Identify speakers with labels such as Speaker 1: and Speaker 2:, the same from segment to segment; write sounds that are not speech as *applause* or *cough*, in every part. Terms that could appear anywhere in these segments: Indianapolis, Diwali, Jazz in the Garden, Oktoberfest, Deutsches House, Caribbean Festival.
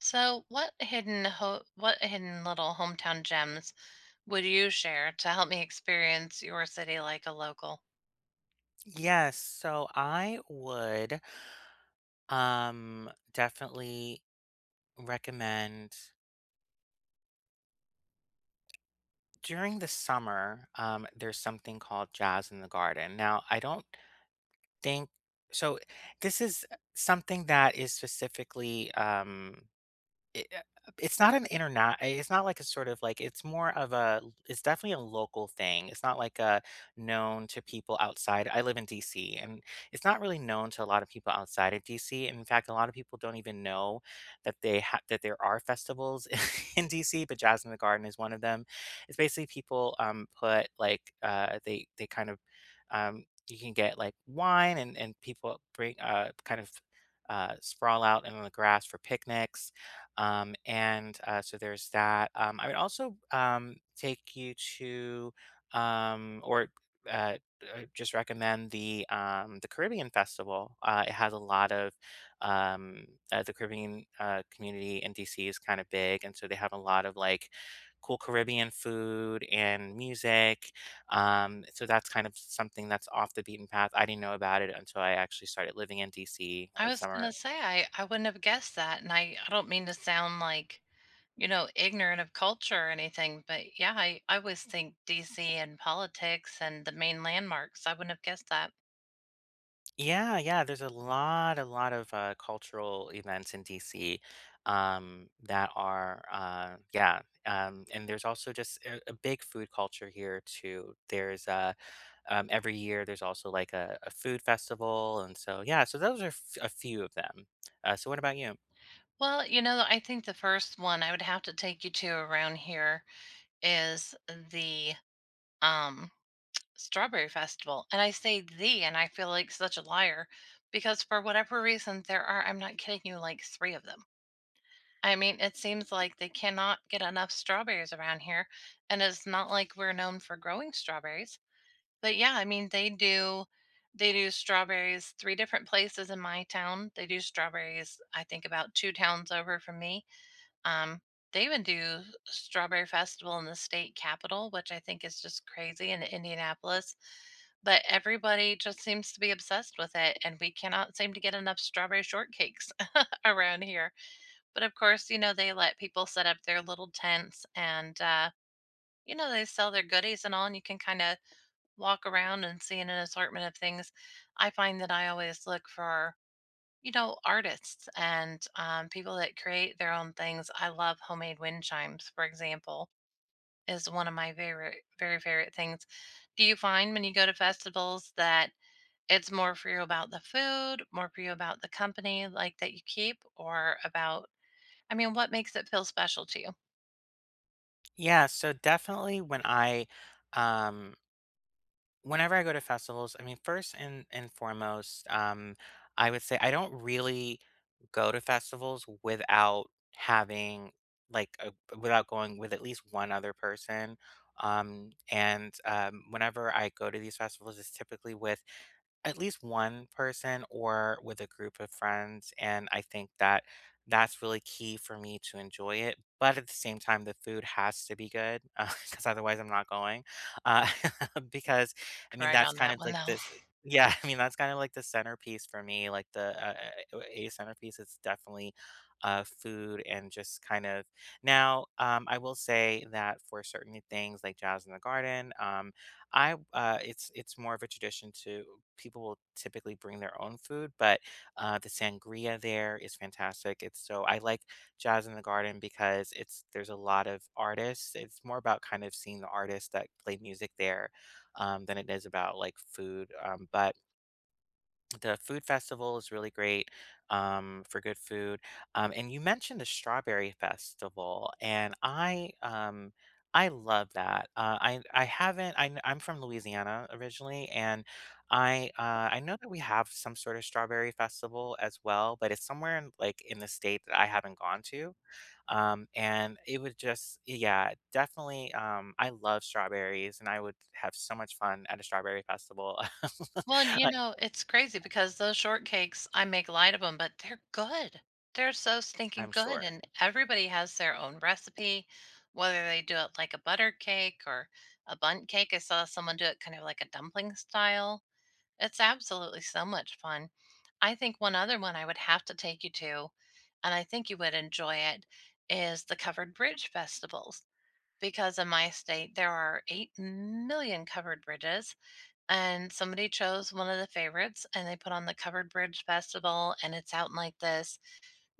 Speaker 1: So, what hidden little hometown gems would you share to help me experience your city like a local?
Speaker 2: Yes, so I would definitely recommend during the summer, there's something called Jazz in the Garden. Now, I don't think so this is something that is specifically It, uh, it's not an internet. It's not like a sort of like it's more of a. It's definitely a local thing. It's not like a known to people outside. I live in DC, and it's not really known to a lot of people outside of DC. In fact, a lot of people don't even know that they have that there are festivals *laughs* in DC, but Jazz in the Garden is one of them. It's basically people, put, they kind of, you can get, like, wine and people bring, sprawl out in the grass for picnics. And so there's that. I would also take you to or uh, just recommend the Caribbean Festival. It has a lot of um, the Caribbean community in DC is kind of big, and so they have a lot of like cool Caribbean food and music. So that's kind of something that's off the beaten path. I didn't know about it until I actually started living in DC
Speaker 1: I
Speaker 2: or the
Speaker 1: was gonna
Speaker 2: summer.
Speaker 1: say I wouldn't have guessed that, and I don't mean to sound like ignorant of culture or anything, but yeah, I always think DC and politics and the main landmarks. I wouldn't have guessed that.
Speaker 2: Yeah, yeah, there's a lot of, cultural events in DC, that are, yeah, and there's also just a big food culture here too. There's, every year there's also, like, a food festival, and so, yeah, so those are f a few of them. So what about you?
Speaker 1: Well, I think the first one I would have to take you to around here is the um strawberry festival. And I say "the," and I feel like such a liar, because for whatever reason there are, I'm not kidding you, like three of them. I mean, it seems like they cannot get enough strawberries around here, and it's not like we're known for growing strawberries. But yeah, I mean, they do strawberries three different places in my town. They do strawberries, I think, about two towns over from me. Um, they even do Strawberry Festival in the state capitol, which I think is just crazy, in Indianapolis. But everybody just seems to be obsessed with it, and we cannot seem to get enough strawberry shortcakes *laughs* around here. But of course, they let people set up their little tents and, they sell their goodies and all, and you can kind of walk around and see an assortment of things. I find that I always look for, artists and people that create their own things. I love homemade wind chimes, for example, is one of my favorite, very favorite things. Do you find when you go to festivals that it's more for you about the food, more for you about the company like that you keep, or about, I mean, what makes it feel special to you?
Speaker 2: Yeah, so definitely when um Whenever I go to festivals, I mean, first and foremost, I would say I don't really go to festivals without having like a, without going with at least one other person. And Whenever I go to these festivals, it's typically with at least one person or with a group of friends, and I think that that's really key for me to enjoy it, but at the same time, the food has to be good, *laughs* because otherwise I'm not going, uh, *laughs* because, I mean,
Speaker 1: Right
Speaker 2: that's
Speaker 1: on
Speaker 2: kind
Speaker 1: that
Speaker 2: of
Speaker 1: one,
Speaker 2: like
Speaker 1: though.
Speaker 2: this. Yeah, *laughs* I mean, that's kind of like the centerpiece for me, a centerpiece is definitely, food and just kind of. Now, I will say that for certain things like Jazz in the Garden, I it's more of a tradition to people will typically bring their own food, but the sangria there is fantastic. It's so I like Jazz in the Garden because it's there's a lot of artists. It's more about kind of seeing the artists that play music there, than it is about like food. But the food festival is really great, for good food, and you mentioned the strawberry festival, and I love that. I haven't. I, I'm from Louisiana originally, and I know that we have some sort of strawberry festival as well, but it's somewhere in, like in the state that I haven't gone to. And it would just, yeah, definitely. I love strawberries, and I would have so much fun at a strawberry festival. *laughs*
Speaker 1: Well, and
Speaker 2: I-
Speaker 1: it's crazy because those shortcakes, I make light of them, but they're good. They're so stinking
Speaker 2: I'm
Speaker 1: good.
Speaker 2: sure.
Speaker 1: And everybody has their own recipe, whether they do it like a butter cake or a bunt cake. I saw someone do it kind of like a dumpling style. It's absolutely so much fun. I think one other one I would have to take you to, and I think you would enjoy it, is the covered bridge festivals. Because in my state, there are 8 million covered bridges, and somebody chose one of the favorites, and they put on the covered bridge festival. And it's out in like this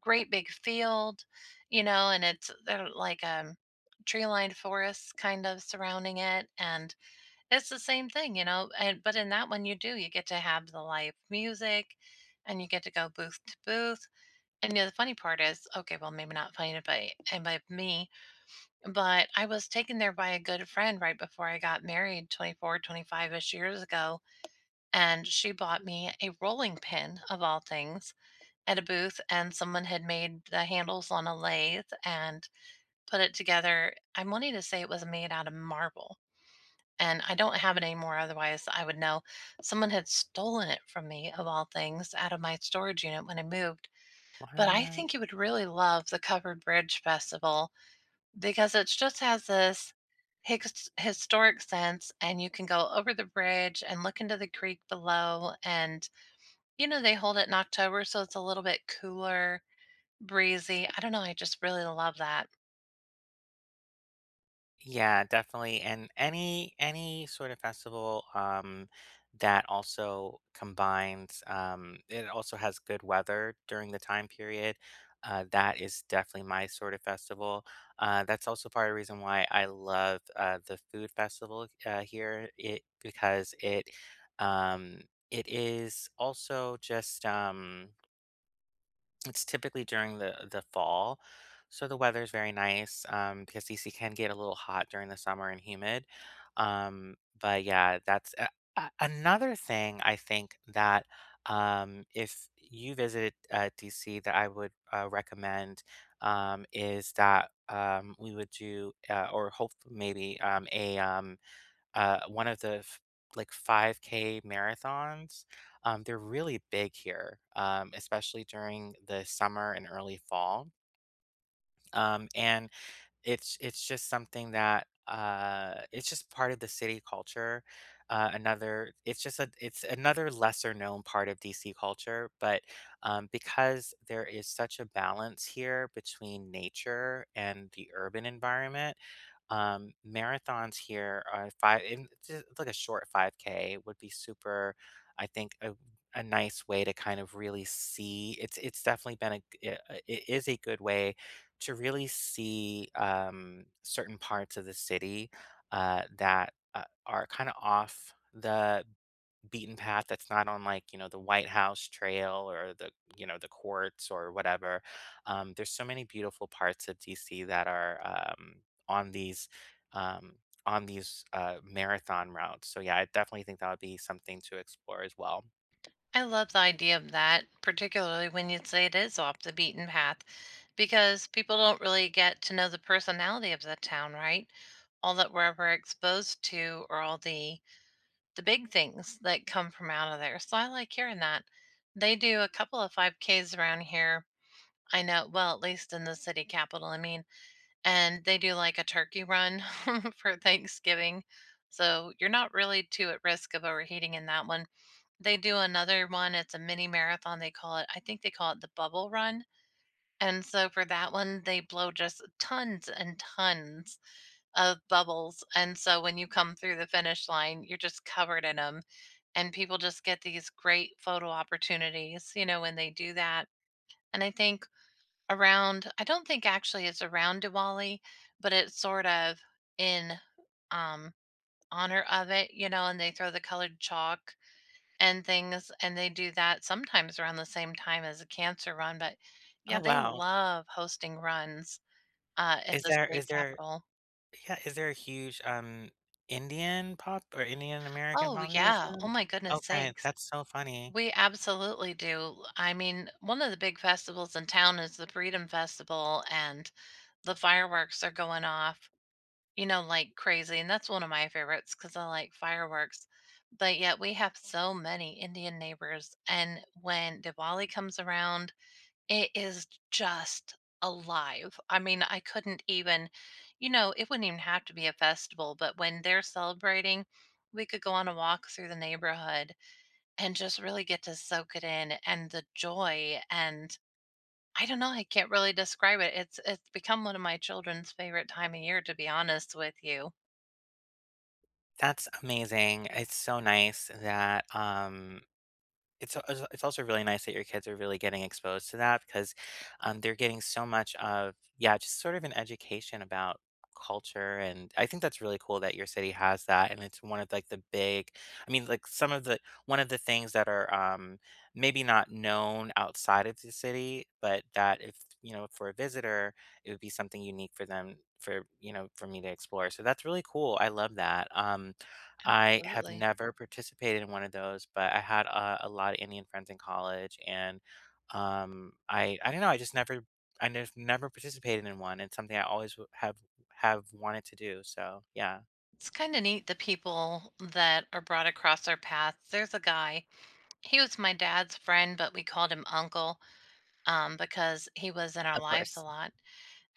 Speaker 1: great big field, and it's like tree lined forests kind of surrounding it. And it's the same thing, and but in that one you do, you get to have the live music, and you get to go booth to booth. And the funny part is, okay, well, maybe not funny by and by me, but I was taken there by a good friend right before I got married, 24, 25 ish years ago. And she bought me a rolling pin, of all things, at a booth, and someone had made the handles on a lathe and put it together. I'm wanting to say it was made out of marble, and I don't have it anymore, otherwise I would know. Someone had stolen it from me, of all things, out of my storage unit when I moved. But I
Speaker 2: What?
Speaker 1: think you would really love the Covered Bridge Festival, because it just has this historic sense, and you can go over the bridge and look into the creek below, and they hold it in October, so it's a little bit cooler, breezy. I don't know, I just really love that.
Speaker 2: Yeah, definitely. And any sort of festival that also combines it also has good weather during the time period. That is definitely my sort of festival. That's also part of the reason why I love the food festival here. Um, it is also just It's typically during the fall, so the weather's very nice, because DC can get a little hot during the summer and humid. But yeah, that's a another thing I think that, if you visit DC that I would, recommend, is that, we would do, or hope maybe, one of the like 5K marathons. They're really big here, especially during the summer and early fall. And It's just something that, it's just part of the city culture. Another It's just a it's another lesser known part of DC culture, but, because there is such a balance here between nature and the urban environment, marathons here are five. And it's just like a short 5K would be super, I think, a nice way to kind of really see it's definitely been a g I it is a good way to really see, certain parts of the city, that are kind of off the beaten path that's not on like you know the White House trail or the, you know, the courts or whatever. There's so many beautiful parts of DC that are on these um, on these marathon routes, so yeah, I definitely think that would be something to explore as well.
Speaker 1: I love the idea of that, particularly when you say it is off the beaten path, because people don't really get to know the personality of the town, right? All that we're ever exposed to are all the big things that come from out of there. So I like hearing that. They do a couple of 5Ks around here. I know, well, at least in the city capital. I mean, and they do like a turkey run *laughs* for Thanksgiving. So you're not really too at risk of overheating in that one. They do another one. It's a mini marathon. They call it, I think they call it the bubble run. And so for that one, they blow just tons and tons of bubbles. And so when you come through the finish line, you're just covered in them. And people just get these great photo opportunities, when they do that. And I think around, I don't think actually it's around Diwali, but it's sort of in um honor of it, and they throw the colored chalk and things, and they do that sometimes around the same time as a cancer run. But yeah,
Speaker 2: Oh
Speaker 1: they
Speaker 2: wow.
Speaker 1: love hosting runs at the state
Speaker 2: Is there
Speaker 1: capital.
Speaker 2: Yeah, is there a huge, Indian pop or Indian American
Speaker 1: Oh yeah. Oh
Speaker 2: population?
Speaker 1: my goodness
Speaker 2: Okay,
Speaker 1: sakes.
Speaker 2: that's so funny.
Speaker 1: We absolutely do. I mean, one of the big festivals in town is the Freedom Festival, and the fireworks are going off, like crazy. And that's one of my favorites because I like fireworks. But yet we have so many Indian neighbors. And when Diwali comes around, it is just alive. I mean, I couldn't even, it wouldn't even have to be a festival, but when they're celebrating, we could go on a walk through the neighborhood and just really get to soak it in, and the joy, and I don't know, I can't really describe it. It's become one of my children's favorite time of year, to be honest with you.
Speaker 2: That's amazing. It's so nice that, it's a it's it's also really nice that your kids are really getting exposed to that because, they're getting so much of, yeah, just sort of an education about culture, and I think that's really cool that your city has that, and it's one of, like, the big. I mean, like, some of the one of the things that are, maybe not known outside of the city, but that if, you know, for a visitor, it would be something unique for them for, you know, for me to explore, so that's really cool, I love that. I have
Speaker 1: Absolutely.
Speaker 2: never participated in one of those, but I had a lot of Indian friends in college, and I don't know, I just never participated in one. It's something I always have wanted to do. So yeah,
Speaker 1: It's kind of neat the people that are brought across our paths. There's a guy, he was my dad's friend, but we called him Uncle, because he was in our
Speaker 2: of
Speaker 1: lives a
Speaker 2: course,
Speaker 1: lot.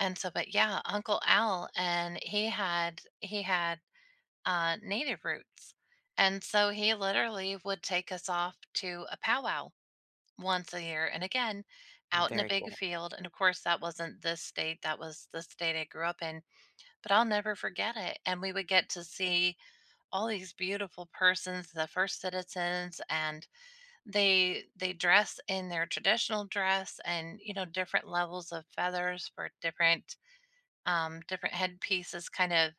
Speaker 1: And so, but yeah, Uncle Al, and he had native roots, and so he literally would take us off to a powwow once a year, and again, out in a
Speaker 2: very
Speaker 1: big
Speaker 2: cool.
Speaker 1: field. And of course, that wasn't this state; that was the state I grew up in. But I'll never forget it. And we would get to see all these beautiful persons, the first citizens, and they dress in their traditional dress, and different levels of feathers for different headpieces, kind of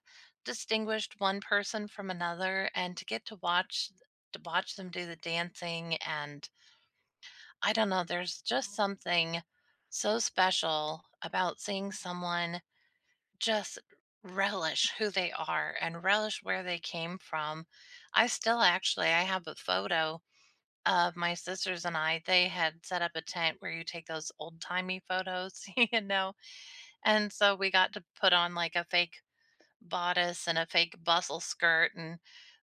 Speaker 1: distinguished one person from another, and to get to watch them do the dancing, and I don't know, there's just something so special about seeing someone just relish who they are and relish where they came from. I still actually I have a photo of my sisters and I. They had set up a tent where you take those old-timey photos. *laughs* And so we got to put on like a fake bodice and a fake bustle skirt, and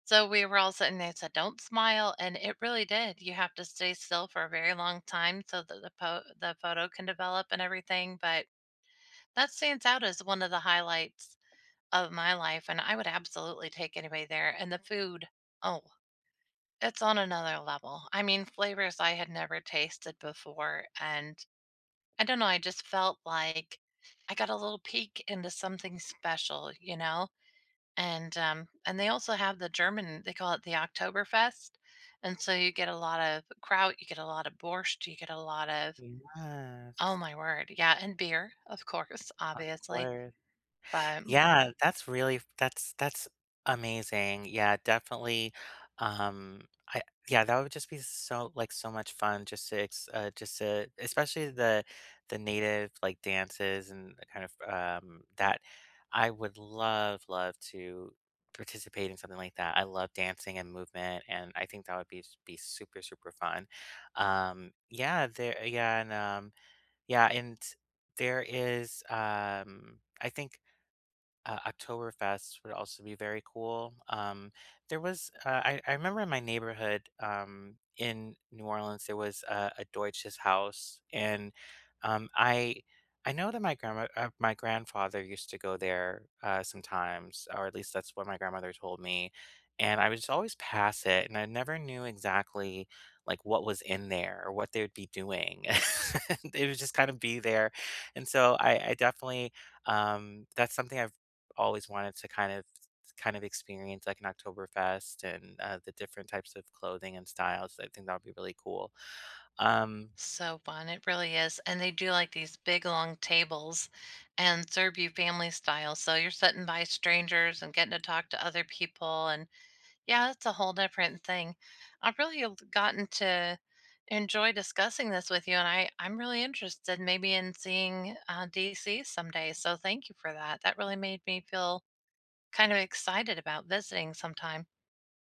Speaker 1: so we were all sitting there, said, "Don't smile," and it really did. You have to stay still for a very long time so that the photo can develop and everything. But that stands out as one of the highlights of my life, and I would absolutely take anybody there. And the food, oh, it's on another level. I mean, flavors I had never tasted before. And I don't know, I just felt like I got a little peek into something special, you know? And they also have the German, they call it the Oktoberfest. And so you get a lot of kraut, you get a lot of borscht, you get a lot of, oh
Speaker 2: Yes,
Speaker 1: my word. Yeah, and beer, of course, *laughs*
Speaker 2: of
Speaker 1: obviously.
Speaker 2: course.
Speaker 1: But
Speaker 2: Yeah, that's really that's amazing. Yeah, definitely. Um, I Yeah, that would just be so like so much fun just to ex just to especially the native like dances and the kind of that I would love to participate in something like that. I love dancing and movement, and I think that would be super fun. Yeah, there yeah and yeah and there is I think Oktoberfest would also be very cool. There was, I remember in my neighborhood in New Orleans, there was a Deutsches House, and um, I I know that my grandma, my grandfather used to go there sometimes, or at least that's what my grandmother told me. And I would just always pass it, and I never knew exactly like what was in there or what they would be doing. *laughs* It would just kind of be there, and so I definitely, that's something I've always wanted to kind of experience like an Oktoberfest and the different types of clothing and styles. I think that would be really cool. Um,
Speaker 1: so fun, it really is, and they do, like, these big long tables and serve you family style, so you're sitting by strangers and getting to talk to other people, and yeah, it's a whole different thing. I've really l gotten to enjoy discussing this with you, and I'm really interested maybe in seeing, DC someday, so thank you for that. That really made me feel kind of excited about visiting sometime.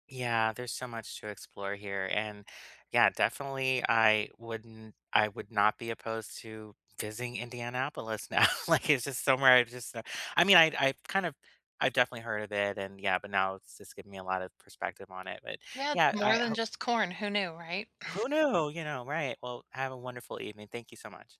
Speaker 2: yeah, there's so much to explore here, and yeah, definitely, I would not be opposed to visiting Indianapolis now. *laughs* Like it's just somewhere I just, I kind of. I've definitely heard of it, and yeah, but now it's just giving me a lot of perspective on it. But
Speaker 1: Yeah, it's
Speaker 2: yeah,
Speaker 1: more than just corn, who knew, right?
Speaker 2: who knew, you know, right? Well, have a wonderful evening. Thank you so much.